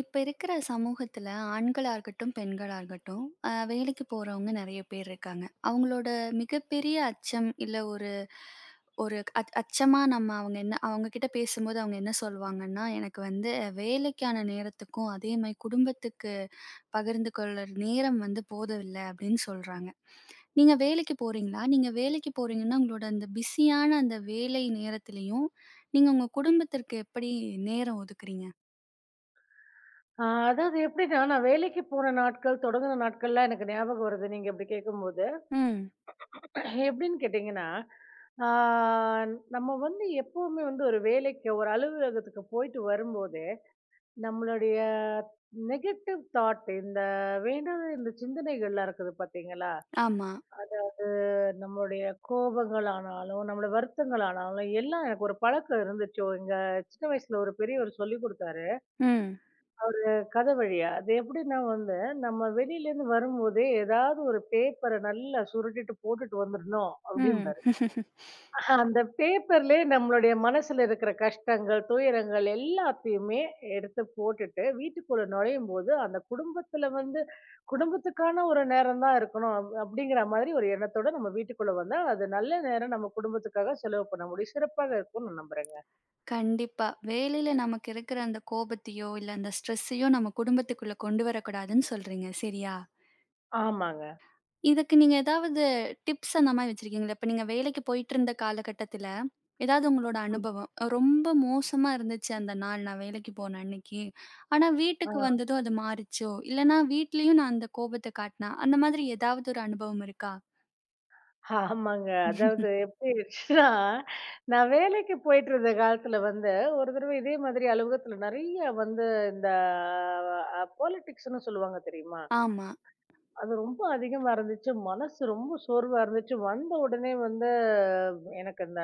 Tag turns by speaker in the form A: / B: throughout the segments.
A: இப்ப இருக்கிற சமூகத்துல ஆண்களா இருக்கட்டும், பெண்களா இருக்கட்டும், வேலைக்கு போறவங்க நெறைய பேர் இருக்காங்க. அவங்களோட மிகப்பெரிய அச்சம், இல்ல ஒரு ஒரு அச் அச்சமா நம்ம அவங்க என்ன அவங்க கிட்ட பேசும்போது அவங்க என்ன சொல்வாங்கன்னா, "எனக்கு வந்து வேலைக்கான நேரத்துக்கும், அதே மாரி குடும்பத்துக்கு பகிர்ந்து கொள்ள நேரம் வந்து போதவில்ல." அப்படின்னு சொல்றாங்க. நீங்க வேலைக்கு போறீங்களா? நீங்க வேலைக்கு போறீங்கன்னா, உங்களோட அந்த பிஸியான அந்த வேலை நேரத்திலயும், நீங்க உங்க குடும்பத்திற்கு எப்படி நேரம் ஒதுக்குறீங்க?
B: ஆ அதாவது எப்படின்னா, நான் வேலைக்கு போன நாட்கள், தொடங்குன நாட்கள்லாம் எனக்கு ஞாபகம் வருது, நீங்க இப்படி கேட்கும்போது.
A: ம்.
B: எப்படின்னு கேட்டீங்கன்னா, ஆ நம்ம வந்து எப்பவுமே வந்து ஒரு வேலைக்கு, ஒரு அலுவலகத்துக்கு போயிட்டு வரும்போதே, நம்மளுடைய நெகட்டிவ் தாட், இந்த வேண்டாத இந்த சிந்தனைகள்லாம் இருக்குது பார்த்தீங்களா?
A: ஆமா.
B: அது நம்மளுடைய கோபங்கள் ஆனாலும், நம்மளோட வருத்தங்கள் ஆனாலும், எல்லாம் எனக்கு ஒரு பழக்கம் இருந்துச்சு. எங்க சின்ன வயசுல ஒரு பெரியவர் சொல்லிக் குடுத்தாரு.
A: ம்,
B: ஒரு கதை வழியா. அது எப்படின்னா வந்து, நம்ம வெளியிலேருந்து வரும்போதே ஏதாவது ஒரு பேப்பர நல்லா சுருட்டிட்டு போட்டுட்டு வந்துரணும்
A: ம்.
B: அப்டிம்பாரு. அந்த பேப்பர்லயே நம்மளுடைய மனசுல இருக்கிற கஷ்டங்கள், துயரங்கள் எல்லாத்தையுமே எடுத்து போட்டுட்டு வீட்டுக்குள்ள நுழையும்போது, அந்த குடும்பத்துல வந்து குடும்பத்துக்கான ஒரு நேரம் தான் இருக்கணும் அப்டிங்கிற மாதிரி ஒரு எண்ணத்தோட நம்ம வீட்டுக்குள்ள வந்தா, அது நல்ல நேரம் நம்ம குடும்பத்துக்காக செலவு பண்ண முடியும். சிறப்பாக இருக்கும்னு நான் நம்புறேங்க.
A: கண்டிப்பா. வேலையில நமக்கு இருக்கிற அந்த கோபத்தையோ, இல்ல அந்த ஸ்ட்ரெஸ்ஸையோ நம்ம குடும்பத்துக்குள்ள கொண்டு வரக்கூடாதுன்னு சொல்றீங்க. சரியா?
B: ஆமாங்க.
A: இதுக்கு நீங்க ஏதாவது டிப்ஸ் அந்த மாரி வச்சிருக்கீங்களா? இப்ப நீங்க வேலைக்கு போயிட்டுருந்த காலகட்டத்தில, ஏதாவது உங்களோட அனுபவம், ரொம்ப மோசமா இருந்துச்சு அந்த நாள் நான் வேலைக்கு போன அன்னைக்கு. ஆனா வீட்டுக்கு
B: ம்.
A: வந்ததும் அது மாறுச்சோ, இல்லன்னா வீட்லயும் நான் அந்த கோபத்த காட்டினா, அந்த மாதிரி ஏதாவது ஒரு அனுபவம் இருக்கா?
B: ஆமாங்க. அதாவது எப்படி இருந்துச்சுன்னா, நான் வேலைக்கு போயிட்டு இருந்த காலத்துல வந்து, ஒரு தடவ இதே மாதிரி அலுவலகத்துல நெறைய வந்து இந்த பாலிடிக்ஸ்ன்னு சொல்லுவாங்க தெரியுமா?
A: ஆமா.
B: அது ரொம்ப அதிகமா இருந்துச்சு. மனசு ரொம்ப சோர்வா இருந்துச்சு. வந்த உடனே வந்து எனக்கு இந்த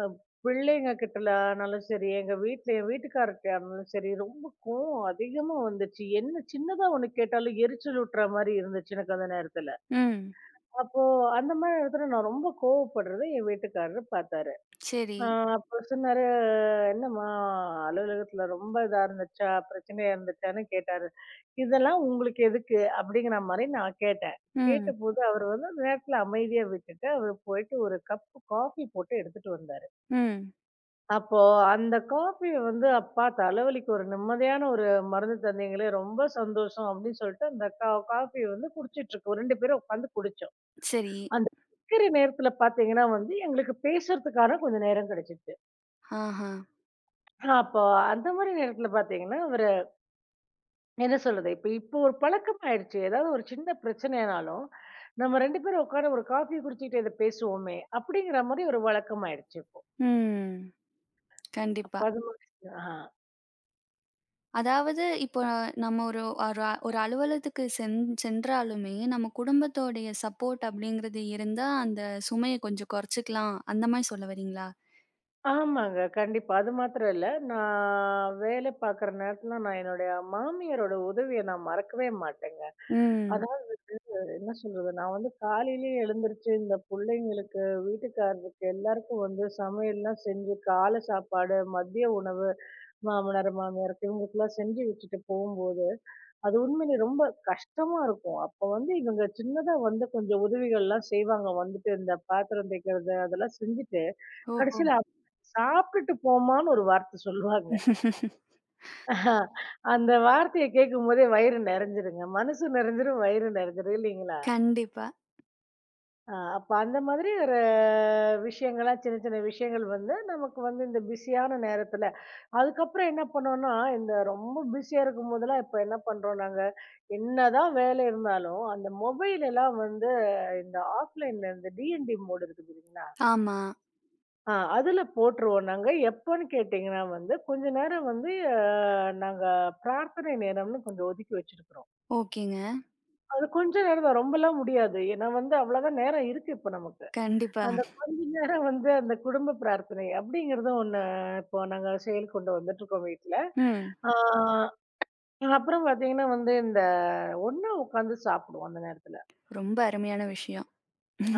B: அ பிள்ளைங்க கிட்டல ஆனாலும் சரி, எங்க வீட்ல என் வீட்டுக்காரர்ட்ட ஆனாலும் சரி, ரொம்ப கோவம் அதிகமா வந்துச்சு. என்ன சின்னதா ஒண்ணு கேட்டாலும் எரிச்சல் ஊட்டுற மாரி இருந்துச்சு எனக்கு அந்த நேரத்துல.
A: ம்.
B: அப்போ அந்த மாரி இடத்துல நான் ரொம்ப கோவப்படுறத என் வீட்டுக்காரரு பார்த்தாரு.
A: சரி.
B: அ அப்ப சொன்னாரு, "என்னம்மா அலுவலகத்துல ரொம்ப இதா இருந்துச்சா? பிரச்சனையா இருந்துச்சான்னு?" கேட்டாரு. "இதெல்லாம் உங்களுக்கு எதுக்கு?" அப்படிங்கிற மாரி நான் கேட்டேன்.
A: ம்,
B: கேட்டபோது அவரு வந்து அந்த நேரத்துல அமைதியா விட்டுட்டு, அவரு போயிட்டு ஒரு கப் காஃபி போட்டு எடுத்துட்டு வந்தாரு.
A: ம்.
B: அப்போ அந்த காஃபிய வந்து, "அப்பா தலைவலிக்கு ஒரு நிம்மதியான ஒரு மருந்து தந்தீங்களே! ரொம்ப சந்தோஷம்." அப்படின்னு சொல்லிட்டு அந்த காஃபிய வந்து குடிச்சிட்டு இருக்கோம். 2 பேரும் உட்காந்து குடிச்சோம்.
A: சரி.
B: அந்த இருக்கிற நேரத்துல பார்த்தீங்கன்னா வந்து, எங்களுக்கு பேசுறதுக்கான கொஞ்சம் நேரம் கிடைச்சுச்சு.
A: ஆஹா.
B: அப்போ அந்த மாரி நேரத்துல பார்த்தீங்கன்னா, அவரு என்ன சொல்றது, இப்போ ஒரு பழக்கமாயிடுச்சு. ஏதாவது ஒரு சின்ன பிரச்சனைனாலும், நம்ம 2 பேரும் உட்காந்து ஒரு காஃபி குடிச்சுக்கிட்டு இத பேசுவோமே! அப்படிங்கிற மாரி ஒரு வழக்கமாயிடுச்சு இப்போ.
A: ம்.
B: அப்ப
A: கண்டிப்பா.
B: அது மாதிரி. ஆ.
A: அதாவது இப்போ நம்ம ஒரு ஒரு அ- ஒரு அலுவலகத்துக்கு சென்றாலுமே, நம்ம குடும்பத்தோடைய சப்போர்ட் அப்படிங்கிறது இருந்தா, அந்த சுமைய கொஞ்சம் குறைச்சுக்கலாம். அந்த மாரி சொல்ல வரீங்களா?
B: ஆமாங்க. கண்டிப்பா. அது மாத்திரம் இல்ல. நான் வேலை பார்க்குற நேரத்துல நான் என்னுடைய மாமியாரோட உதவிய நான் மறக்கவே மாட்டேங்க.
A: ம்.
B: அது என்ன சொல்றது? நான் வந்து காலையிலேயே எழுந்திருச்சு, இந்த புள்ளைங்களுக்கு, வீட்டுக்காரருக்கு எல்லாருக்கும் வந்து சமையல்லாம் செஞ்சு, காலை சாப்பாடு, மதிய உணவு, மாமனார், மாமியாருக்கு இவங்களுக்கெல்லாம் செஞ்சு வச்சுட்டு போம்போது, அது உண்மையிலே ரொம்ப கஷ்டமா இருக்கும். அப்ப வந்து இவங்க சின்னதா வந்து கொஞ்சம் உதவிகள்லாம் செய்வாங்க. வந்துட்டு இந்த பாத்திரம் தேய்க்கிறது அதெல்லாம் செஞ்சுட்டு,
A: ஓஹோ!
B: கடைசியில சாப்பிட்டுட்டு போம்மான்னு ஒரு வார்த்தை சொல்லுவாங்க. அந்த வார்த்தைய கேட்கும்போதே வயிறு நெறஞ்சிருங்க. மனசு நெறஞ்சிரும், வயிறு நெறஞ்சிரும் இல்லைங்களா?
A: கண்டிப்பா.
B: ஆ, அப்ப அந்த மாதிரி ஒரு விஷயங்களா, சின்ன சின்ன விஷயங்கள் வந்து நமக்கு வந்து இந்த பிஸியான நேரத்துல, அதுக்கப்புறம் என்ன பண்ணோம்னா இந்த ரொம்ப பிஸியா இருக்கும் போதெல்லாம் இப்ப என்ன பண்றோம் நாங்க, என்னதான் வேலை இருந்தாலும் அந்த மொபைல் எல்லாம் வந்து இந்த ஆஃப்லைன்ல இந்த டிஎன்டி மோடு இருக்குது இல்லைங்களா,
A: ஆமா.
B: ஆ, அதுல போட்டுருவோம் நாங்க எப்போன்னு கேட்டிங்கன்னா வந்து கொஞ்ச நேரம் வந்து நாங்க பிரார்த்தனை நேரம்னு கொஞ்சம் ஒதுக்கி வச்சிருக்கிறோம்.
A: ஓகேங்க.
B: அது கொஞ்ச நேரம் தான், ரொம்பலாம் முடியாது, ஏன்னா வந்து அவ்வளவுதான் நேரம் இருக்கு இப்ப நமக்கு.
A: கண்டிப்பா.
B: அந்த கொஞ்ச நேரம் வந்து அந்த குடும்ப பிரார்த்தனை அப்படிங்கிறது ஒண்ணு இப்போ நாங்க செயல் கொண்டு வந்துட்டுருக்கோம் வீட்ல.
A: ம்.
B: ஆ அப்புறம் பார்த்தீங்கன்னா வந்து இந்த ஒண்ணா உட்காந்து சாப்பிடுவோம் அந்த நேரத்துல.
A: ரொம்ப அருமையான விஷயம்.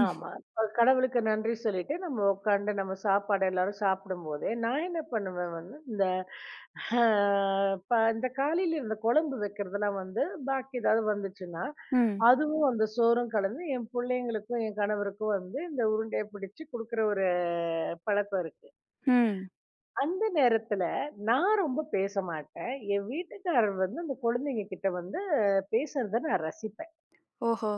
B: ஆமா. கடவுளுக்கு நன்றி சொல்லிட்டு நம்ம உட்காந்து நம்ம சாப்பாடு எல்லாரும் சாப்பிடும்போதே, நான் என்ன பண்ணுவேன் வந்து இந்த அ ப இந்த காலையில இந்த குழம்பு வைக்கிறதெல்லாம் வந்து பாக்கி ஏதாவது வந்துச்சுன்னா,
A: ம்.
B: அதுவும் அந்த சோறும் கலந்து என் பிள்ளைங்களுக்கும், என் கணவருக்கும் வந்து இந்த உருண்டைய பிடிச்சு குடுக்குற ஒரு பழக்கம் இருக்கு.
A: ம்.
B: அந்த நேரத்துல நான் ரொம்ப பேச மாட்டேன். என் வீட்டுக்காரர் வந்து அந்த குழந்தைங்க கிட்ட வந்து பேசுறத நான் ரசிப்பேன்.
A: ஓஹோ!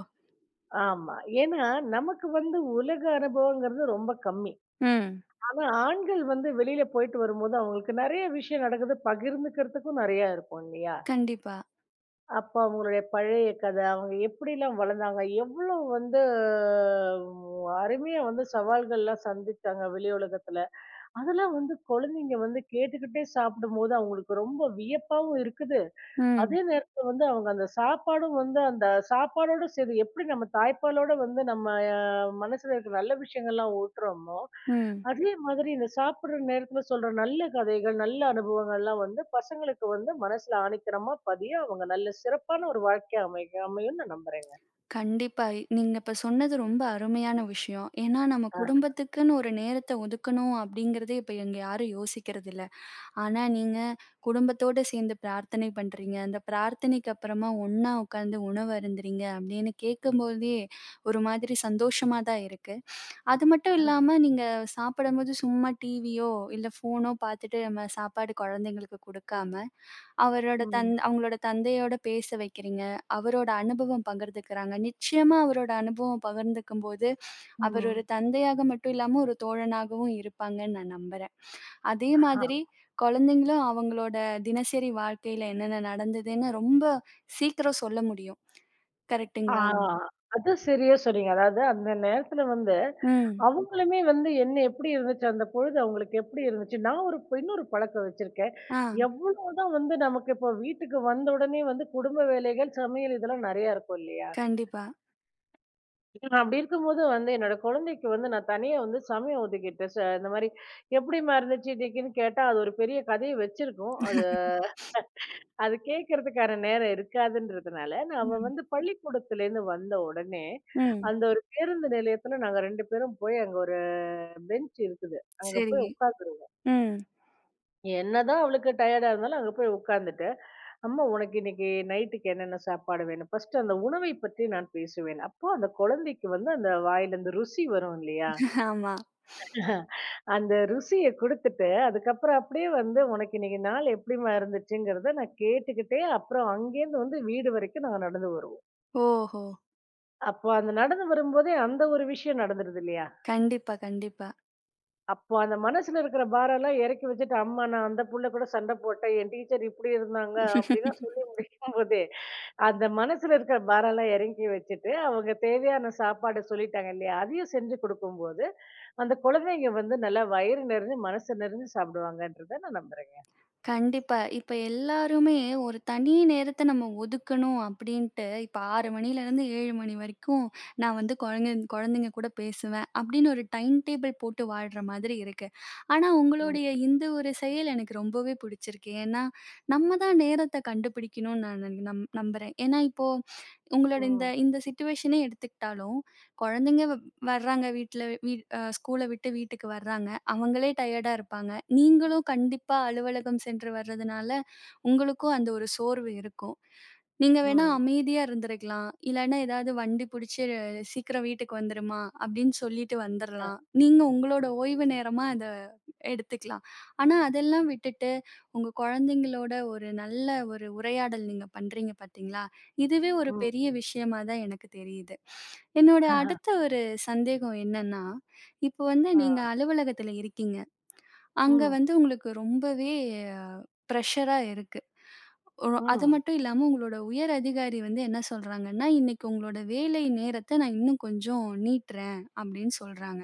B: ஆமா. ஏன்னா, நமக்கு வந்து உலக அனுபவங்கிறது ரொம்ப கம்மி.
A: ம்.
B: ஆனா, ஆண்கள் வந்து வெளியில போயிட்டு வரும்போது அவங்களுக்கு நெறைய விஷயம் நடக்குது. பகிர்ந்துக்கிறதுக்கும் நெறையா இருக்கும் இல்லையா?
A: கண்டிப்பா.
B: அப்ப அவங்களுடைய பழைய கதை, அவங்க எப்படிலாம் வளர்ந்தாங்க, எவ்வளோ வந்து அருமையா வந்து சவால்கள்லாம் சந்திச்சாங்க வெளி உலகத்துல. அதெல்லாம் வந்து குழந்தைங்க வந்து கேட்டுக்கிட்டே சாப்பிடும்போது, அவங்களுக்கு ரொம்ப வியப்பாவும் இருக்குது.
A: ம்.
B: அதே நேரத்துல வந்து அவங்க அந்த சாப்பாடும் வந்து அந்த சாப்பாடோட சேர்ந்து எப்படி நம்ம தாய்ப்பாலோட வந்து நம்ம அ மனசுல இருக்கிற நல்ல விஷயங்கள்லாம் ஊட்டுறோமோ,
A: ம்.
B: அதே மாதிரி இந்த சாப்பிடுற நேரத்துல சொல்ற நல்ல கதைகள், நல்ல அனுபவங்கள்லாம் வந்து பசங்களுக்கு வந்து மனசுல ஆணித்தரமா பதிய, அவங்க நல்ல சிறப்பான ஒரு வாழ்க்கை அமையும்னு நான் நம்புறேங்க.
A: கண்டிப்பா. நீங்க இப்ப சொன்னது ரொம்ப அருமையான விஷயம். ஏன்னா, நம்ம
B: ஆ.
A: குடும்பத்துக்குன்னு ஒரு நேரத்த ஒதுக்கணும் அப்படிங்கிறதே இப்ப இங்க யாரும் யோசிக்கிறதில்ல. ஆனா, நீங்க குடும்பத்தோட சேர்ந்து பிரார்த்தனை பண்றீங்க. அந்த பிரார்த்தனைக்கு அப்புறமா ஒண்ணா உட்கார்ந்து உணவு அருந்துறீங்க அப்படின்னு கேட்கும்போதே ஒரு மாதிரி சந்தோஷமா தான் இருக்கு. அது மட்டும் இல்லாம, நீங்க சாப்பிடும்போது சும்மா டிவியோ, இல்ல ஃபோனோ பார்த்துட்டு நம்ம சாப்பாடு குழந்தைங்களுக்கு குடுக்காம, அவரோட தந்
B: ம்.
A: அவங்களோட தந்தையோட பேச வைக்கிறீங்க. அவரோட அனுபவம் பகிர்ந்துக்கிறாங்க. நிச்சயமா அவரோட அனுபவம் பகிர்ந்துக்கும்போது, அவர் ஒரு
B: ம்.
A: தந்தையாக மட்டும் இல்லாம, ஒரு தோழனாகவும் இருப்பாங்கன்னு நான் நம்புறேன். அதே மாதிரி குழந்தைங்களும் அவங்களோட தினசரி வாழ்க்கையில என்னென்ன நடந்ததுன்னு ரொம்ப சீக்கிரம் சொல்ல முடியும்.
B: ஆ
A: கரெக்ட்டுங்களா?
B: அது சரியா சொன்னீங்க. அதாவது அந்த நேரத்துல வந்து,
A: ம்.
B: அவங்களுமே வந்து என்ன எப்படி இருந்துச்சு, அந்த பொழுது அவங்களுக்கு எப்படி இருந்துச்சு? நான் ஒரு இன்னொரு பழக்கம் வச்சிருக்கேன்.
A: ஆ.
B: எவ்வளவுதான் வந்து நமக்கு இப்போ வீட்டுக்கு வந்த உடனே வந்து குடும்ப வேலைகள், சமையல் இதெல்லாம் நெறையா இருக்கும் இல்லையா?
A: கண்டிப்பா.
B: நான் அப்படி இருக்கும்போது வந்து என்னோட குழந்தைக்கு வந்து நான் தனியா வந்து சமயம் ஒதுக்கிட்டேன். இந்த மாரி எப்படிம்மா இருந்துச்சு இன்னைக்குன்னு கேட்டா, அது ஒரு பெரிய கதைய வச்சிருக்கும். அது அது கேட்கறதுக்கான நேரம் இருக்காதுன்றதுனால, நான் அவ
A: ம்.
B: வந்து பள்ளிக்கூடத்துலேருந்து வந்த உடனே,
A: ம்.
B: அந்த ஒரு பேருந்து நிலையத்துல நாங்க 2 பேரும் போய் அங்க ஒரு பெஞ்ச் இருக்குது. அங்க
A: சரி.
B: போய் உட்காந்துருவோம்.
A: ம்.
B: என்னதான் அவளுக்கு டயர்டா இருந்தாலும் அங்க போய் உட்காந்துட்டு, "அம்மா உனக்கு இன்னைக்கு நைட்டுக்கு என்னென்ன சாப்பாடு வேணும்?" ஃபர்ஸ்ட்டு அந்த உணவை பற்றி நான் பேசுவேன். அப்போ அந்த குழந்தைக்கு வந்து அந்த வாயில அந்த ருசி வரும் இல்லையா?
A: ஆமா.
B: அந்த ருசிய குடுத்துட்டு, அதுக்கப்புறம் அப்படியே வந்து, "உனக்கு இன்னைக்கு நாள் எப்படிம்மா இருந்துச்சுங்கிறத?" நான் கேட்டுக்கிட்டே, அப்புறம் அங்கேருந்து வந்து வீடு வரைக்கும் நாங்க நடந்து வருவோம்.
A: ஓஹோ!
B: அப்போ அந்த நடந்து வரும்போதே, அந்த ஒரு விஷயம் நடந்துருது இல்லையா?
A: கண்டிப்பா, கண்டிப்பா.
B: அப்போ அந்த மனசுல இருக்கிற பாரம்லாம் இறக்கி வச்சுட்டு, "அம்மா நான் அந்த புள்ள கூட சண்டை போட்டேன், என் டீச்சர் இப்படி இருந்தாங்க" அப்படிலாம் சொல்லி முடிக்கும்போதே, அந்த மனசுல இருக்கிற பாரம்லாம் இறக்கி வச்சுட்டு, அவங்க தேவையான சாப்பாடு சொல்லிட்டாங்க இல்லையா? அதையும் செஞ்சு குடுக்கும்போது அந்த குழந்தைங்க வந்து நல்லா வயிறு நிறைஞ்சு, மனசு நிறைஞ்சு சாப்பிடுவாங்கன்றத நான் நம்புறேங்க.
A: கண்டிப்பா. இப்ப எல்லாருமே ஒரு தனி நேரத்த நம்ம ஒதுக்கணும் அப்டின்ட்டு, இப்ப 6 மணிலேருந்து 7 மணி வரைக்கும் நான் வந்து குழந்தைங்க கூட பேசுவேன். அப்டின்னு ஒரு டைம் டேபிள் போட்டு வாழ்ற மாதிரி இருக்கு. ஆனா
B: ம்,
A: உங்களுடைய இந்த ஒரு செயல் எனக்கு ரொம்பவே பிடிச்சிருக்கு. ஏன்னா, நம்ம தான் நேரத்த கண்டுபிடிக்கணும்னு நான் நம்புறேன். ஏன்னா இப்போ உங்களோட இந்த
B: ம்,
A: இந்த சிச்சுவேஷனே எடுத்துக்கிட்டாலும், குழந்தைங்க வர்றாங்க வீட்ல வீ அ ஸ்கூல விட்டு வீட்டுக்கு வர்றாங்க. அவங்களே டயர்டா இருப்பாங்க. நீங்களும் கண்டிப்பா அலுவலகம் சென்று வர்றதுனால, உங்களுக்கும் அந்த ஒரு சோர்வு இருக்கும். நீங்க வேணா
B: ம்,
A: அமைதியா இருந்திருக்கலாம். இல்லன்னா ஏதாவது வண்டி புடிச்சு "சீக்கிரம் வீட்டுக்கு வந்துருமா" அப்படின்னு சொல்லிட்டு
B: ஆ.
A: வந்துரலாம். நீங்க உங்களோட ஓய்வு நேரமா அத எடுத்துக்கலாம். ஆனா, அதெல்லாம் விட்டுட்டு, உங்க குழந்தைங்களோட ஒரு நல்ல ஒரு உரையாடல் நீங்க பண்றீங்க பார்த்தீங்களா? இதுவே ஒரு
B: ம்.
A: பெரிய விஷயமா தான் எனக்கு தெரியுது. என்னோட
B: ஆஹா,
A: அடுத்த ஒரு சந்தேகம் என்னன்னா, இப்போ வந்து நீங்க
B: ஆ.
A: அலுவலகத்தில இருக்கீங்க. அங்க
B: ம்,
A: வந்து உங்களுக்கு ரொம்பவே பிரஷரா இருக்கு. ஒரு அது
B: ம்,
A: மட்டும் இல்லாம உங்களோட உயர் அதிகாரி வந்து என்ன சொல்றாங்கன்னா, "இன்னைக்கு உங்களோட வேலை நேரத்த நான் இன்னும் கொஞ்சம் நீட்டுறேன்" அப்படின்னு சொல்றாங்க.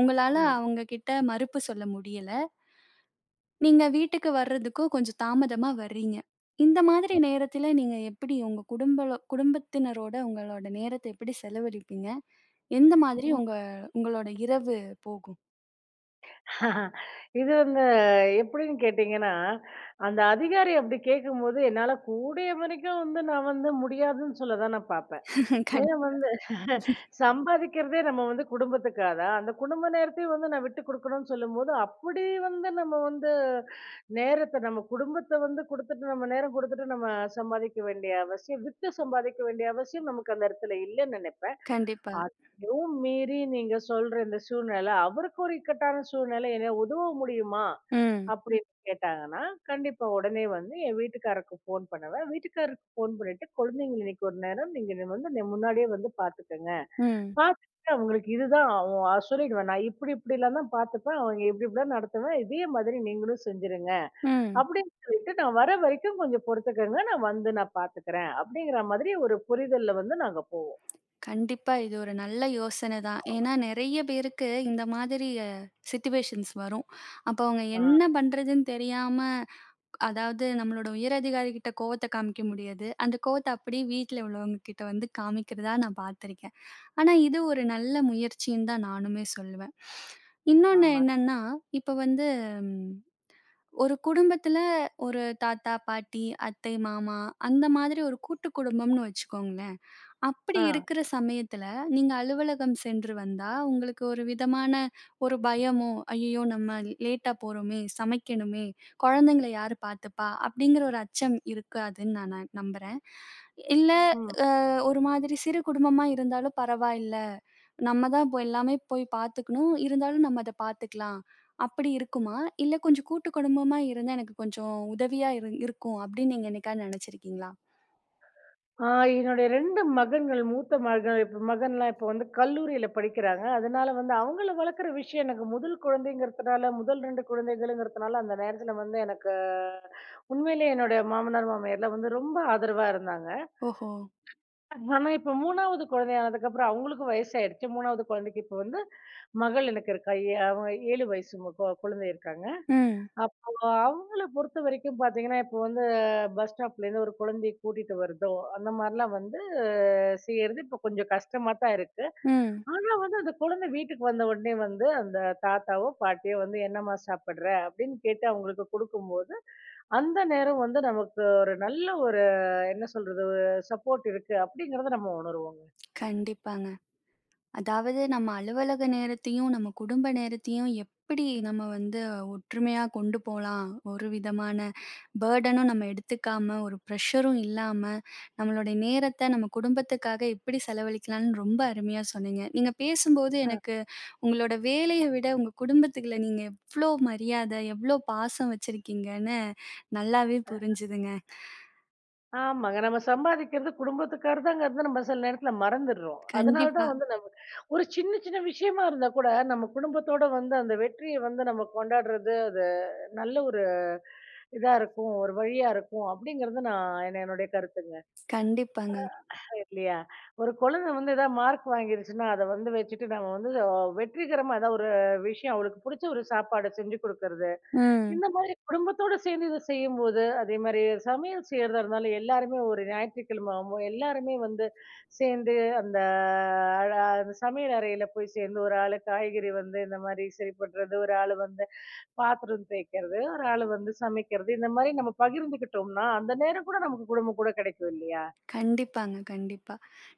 A: உங்களால
B: ம்,
A: அவங்க கிட்ட மறுப்பு சொல்ல முடியல. நீங்க வீட்டுக்கு வர்றதுக்கும் கொஞ்சம் தாமதமா வர்றீங்க. இந்த மாதிரி நேரத்தில நீங்க எப்படி உங்க குடும்பத்தினரோட உங்களோட நேரத்த எப்படி செலவழிப்பீங்க? எந்த மாதிரி
B: ம்.
A: உங்க உங்களோட இரவு போகும்?
B: இது வந்து எப்படின்னு கேட்டீங்கன்னா, அந்த அதிகாரி அப்படி கேட்கும்போது, என்னால கூடிய வரைக்கும் வந்து நான் வந்து முடியாதுன்னு சொல்ல தான் நான் பார்ப்பேன்.
A: கண்
B: ஏன்னா வந்து சம்பாதிக்கிறதே நம்ம வந்து குடும்பத்துக்கா தான். அந்த குடும்ப நேரத்தையும் வந்து நான் விட்டு குடுக்கணும்னு சொல்லும்போது, அப்படி வந்து நம்ம வந்து நேரத்த நம்ம குடும்பத்த வந்து குடுத்துட்டு, நம்ம நேரம் குடுத்துட்டு, நம்ம சம்பாதிக்க வேண்டிய அவசியம் விட்டு சம்பாதிக்க வேண்டிய அவசியம் நமக்கு அந்த இடத்துல இல்லன்னு நெனைப்பேன்.
A: கண்டிப்பா.
B: அதையும் மீறி நீங்க சொல்ற இந்த சூழ்நிலை, அவருக்கு ஒரு இக்கட்டான சூழ்நிலை என்ன உதவ முடியுமா? ம்.
A: ம்.
B: அப்படின்னு கேட்டாங்கன்னா, கண்டிப்பா உடனே வந்து என் வீட்டுக்காரருக்கு ஃபோன் பண்ணுவேன். வீட்டுக்காரருக்கு ஃபோன் பண்ணிட்டு, குழந்தைங்கள இன்னைக்கு ஒரு நேரம் நீங்க வந்து முன்னாடியே வந்து பார்த்துக்கங்க.
A: ம்.
B: பார்த்துட்டு அவங்களுக்கு இதுதான் அவன் சொல்லிடுவேன். நான் இப்படி இப்படிலாம் தான் பார்த்துப்பேன். அவங்க இப்படி இப்படிலாம் நடத்துவேன். இதே மாதிரி நீங்களும் செஞ்சுருங்க.
A: ம்.
B: அப்படின்னு சொல்லிட்டு நான் வர வரைக்கும் கொஞ்சம் பொறுத்துக்கங்க. நான் வந்து நான் பார்த்துக்கிறேன். அப்படிங்கிற மாதிரி ஒரு புரிதல்ல வந்து நாங்க போவோம்.
A: கண்டிப்பா இது ஒரு நல்ல யோசனை தான். ஏன்னா நெறைய பேருக்கு இந்த மாதிரி சிச்சுவேஷன்ஸ் வரும். அப்போ அவங்க
B: ஆ,
A: என்ன பண்றதுன்னு தெரியாம, அதாவது நம்மளோட உயர் அதிகாரி கிட்ட கோவத்த காமிக்க முடியாது. அந்த கோவத்த அப்படியே வீட்ல உள்ளவங்க கிட்ட வந்து காமிக்கிறதா நான் பார்த்துருக்கேன். ஆனா, இது ஒரு நல்ல முயற்சின்னு தான் நானுமே சொல்லுவேன். இன்னொன்னு
B: ஆமா.
A: என்னன்னா, இப்ப வந்து ம் ஒரு குடும்பத்துல ஒரு தாத்தா, பாட்டி, அத்தை, மாமா அந்த மாதிரி ஒரு கூட்டு குடும்பம்னு வச்சுக்கோங்களேன். அப்படி
B: ஆ,
A: இருக்கிற சமயத்துல, நீங்க அலுவலகம் சென்று வந்தா, உங்களுக்கு ஒரு விதமான ஒரு பயமோ, "ஐயய்யோ! நம்ம லேட்டா போறோமே, சமைக்கணுமே, குழந்தைங்கள யாரு பார்த்துப்பா?" அப்படிங்கிற ஒரு அச்சம் இருக்காதுன்னு நான் நான் நம்புறேன். இல்ல
B: ம்.
A: அ ஒரு மாதிரி சிறு குடும்பமா இருந்தாலும் பரவாயில்ல. நம்ம தான் இப்போ எல்லாமே போய் பார்த்துக்கணும், இருந்தாலும் நம்ம அத பார்த்துக்கலாம். அப்படி இருக்குமா? இல்ல கொஞ்சம் கூட்டு குடும்பமா இருந்தா எனக்கு கொஞ்சம் உதவியா இருக்கும் அப்படின்னு நீங்க என்னைக்காவது நெனச்சிருக்கீங்களா?
B: ஆ என்னுடைய 2 மகன்கள், மூத்த மகன் இப்ப மகன்லாம் இப்ப வந்து கல்லூரியில படிக்கிறாங்க. அதனால வந்து அவங்கள வளர்க்குற விஷயம் எனக்கு முதல் குழந்தைங்கிறதுனால, முதல் 2 குழந்தைகளுங்கிறதுனால அந்த நேரத்துல வந்து எனக்கு உண்மையிலேயே என்னோட மாமனார், மாமியார்லாம் வந்து ரொம்ப ஆதரவா இருந்தாங்க.
A: ஓஹோ!
B: ஆனா, இப்ப 3வது குழந்தை ஆனதுக்கப்புறம் அவங்களுக்கும் வயசாயிடுச்சு. 3வது குழந்தைக்கு இப்ப வந்து மகள் எனக்கு இருக்கா. அவ 7 வயசு மு கொ குழந்தை இருக்காங்க.
A: ம்.
B: அப்போ அவங்கள பொறுத்த வரைக்கும் பார்த்தீங்கன்னா, இப்போ வந்து பஸ் ஸ்டாப்லேருந்து ஒரு குழந்தைய கூட்டிட்டு வருதோ, அந்த மாரிலாம் வந்து செய்யறது இப்போ கொஞ்சம் கஷ்டமா தான் இருக்கு.
A: ம்.
B: ஆனா வந்து அந்த குழந்தை வீட்டுக்கு வந்த உடனே வந்து அந்த தாத்தாவோ, பாட்டியோ வந்து "என்னம்மா சாப்பிடுற?" அப்படின்னு கேட்டு அவங்களுக்கு குடுக்கும்போது, அந்த நேரம் வந்து நமக்கு ஒரு நல்ல ஒரு என்ன சொல்றது? ஒரு சப்போர்ட் இருக்கு அப்படிங்கிறத நம்ம உணருவோங்க.
A: கண்டிப்பாங்க. அதாவது நம்ம அலுவலக நேரத்தையும், நம்ம குடும்ப நேரத்தையும் எப்படி நம்ம வந்து ஒற்றுமையா கொண்டு போலாம்? ஒரு விதமான பர்டனும் நம்ம எடுத்துக்காம, ஒரு ப்ரெஷரும் இல்லாம, நம்மளுடைய நேரத்த நம்ம குடும்பத்துக்காக எப்படி செலவழிக்கலாம்னு ரொம்ப அருமையா சொன்னீங்க. நீங்க பேசும்போது எனக்கு உங்களோட வேலைய விட உங்க குடும்பத்துக்குள்ள நீங்க எவ்ளோ மரியாத, எவ்ளோ பாசம் வச்சிருக்கீங்கன்னு நல்லாவே புரிஞ்சுதுங்க.
B: ஆமாங்க. நம்ம சம்பாதிக்கிறது குடும்பத்துக்காகறதுங்கிறத நம்ம சில நேரத்துல மறந்துடுறோம். அதனால
A: கண்டிப்பா,
B: தான் வந்து நம்ம, ஒரு சின்ன சின்ன விஷயமா இருந்தா கூட, நம்ம குடும்பத்தோட வந்து அந்த வெற்றிய வந்து நம்ம கொண்டாடுறது, அது நல்ல ஒரு இதா இருக்கும். ஒரு வழியா இருக்கும். அப்படிங்கிறது நான் என்ன என்னுடைய கருத்துங்க.
A: கண்டிப்பாங்க.
B: இல்லையா? ஒரு குழந்தை வந்து ஏதாவது மார்க் வாங்கிருச்சுன்னா, அத வந்து வச்சுட்டு நம்ம வந்து வெற்றிகரமா ஏதாவது ஒரு விஷயம் அவளுக்கு புடிச்ச ஒரு சாப்பாடு செஞ்சு குடுக்கறது.
A: ம்.
B: இந்த மாதிரி குடும்பத்தோட சேர்ந்து இத செய்யும்போது, அதே மாரி சமையல் செய்றதா இருந்தாலும் எல்லாருமே ஒரு ஞாயிற்றுக்கிழமை ஆகும்போ எல்லாருமே வந்து சேர்ந்து அந்த அழ அந்த சமையல் அறையில போய் சேர்ந்து ஒரு ஆளு காய்கறி வந்து இந்த மாரி சரி பண்றது, ஒரு ஆளு வந்து பாத்திரம் தேய்க்கிறது, ஒரு ஆளு வந்து சமைக்கிறது. இந்த மாரி நம்ம பகிர்ந்துக்கிட்டோம்னா, அந்த நேரம் கூட நமக்கு குடும்பம் கூட கிடைக்கும் இல்லையா?
A: கண்டிப்பாங்க, கண்டிப்பா.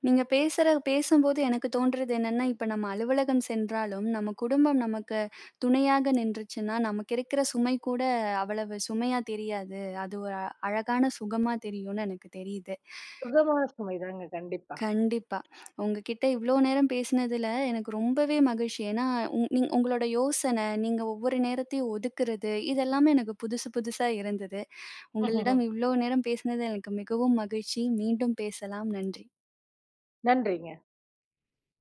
A: நீங்க பேசும்போது எனக்கு தோன்றது என்னன்னா, இப்ப நம்ம அலுவலகம் சென்றாலும், நம்ம குடும்பம் நமக்கு துணையாக நின்றுச்சுன்னா, நமக்கு இருக்கிற சுமை கூட அவ்வளவு சுமையா தெரியாது. அது ஒரு அழகான சுகமா தெரியும்னு எனக்கு தெரியுது.
B: சுகமான சுமைதாங்க கண்டிப்பா.
A: கண்டிப்பா. உங்ககிட்ட இவ்ளோ நேரம் பேசினதுல எனக்கு ரொம்பவே மகிழ்ச்சி. ஏன்னா, உங்களோட யோசனை, நீங்க ஒவ்வொரு நேரத்தையும் ஒதுக்குறது, இதெல்லாமே எனக்கு புதுசு புதுசா இருந்தது. உங்களிடம் இவ்ளோ நேரம் பேசினது எனக்கு மிகவும் மகிழ்ச்சி. மீண்டும் பேசலாம். நன்றி.
B: நன்றிங்க.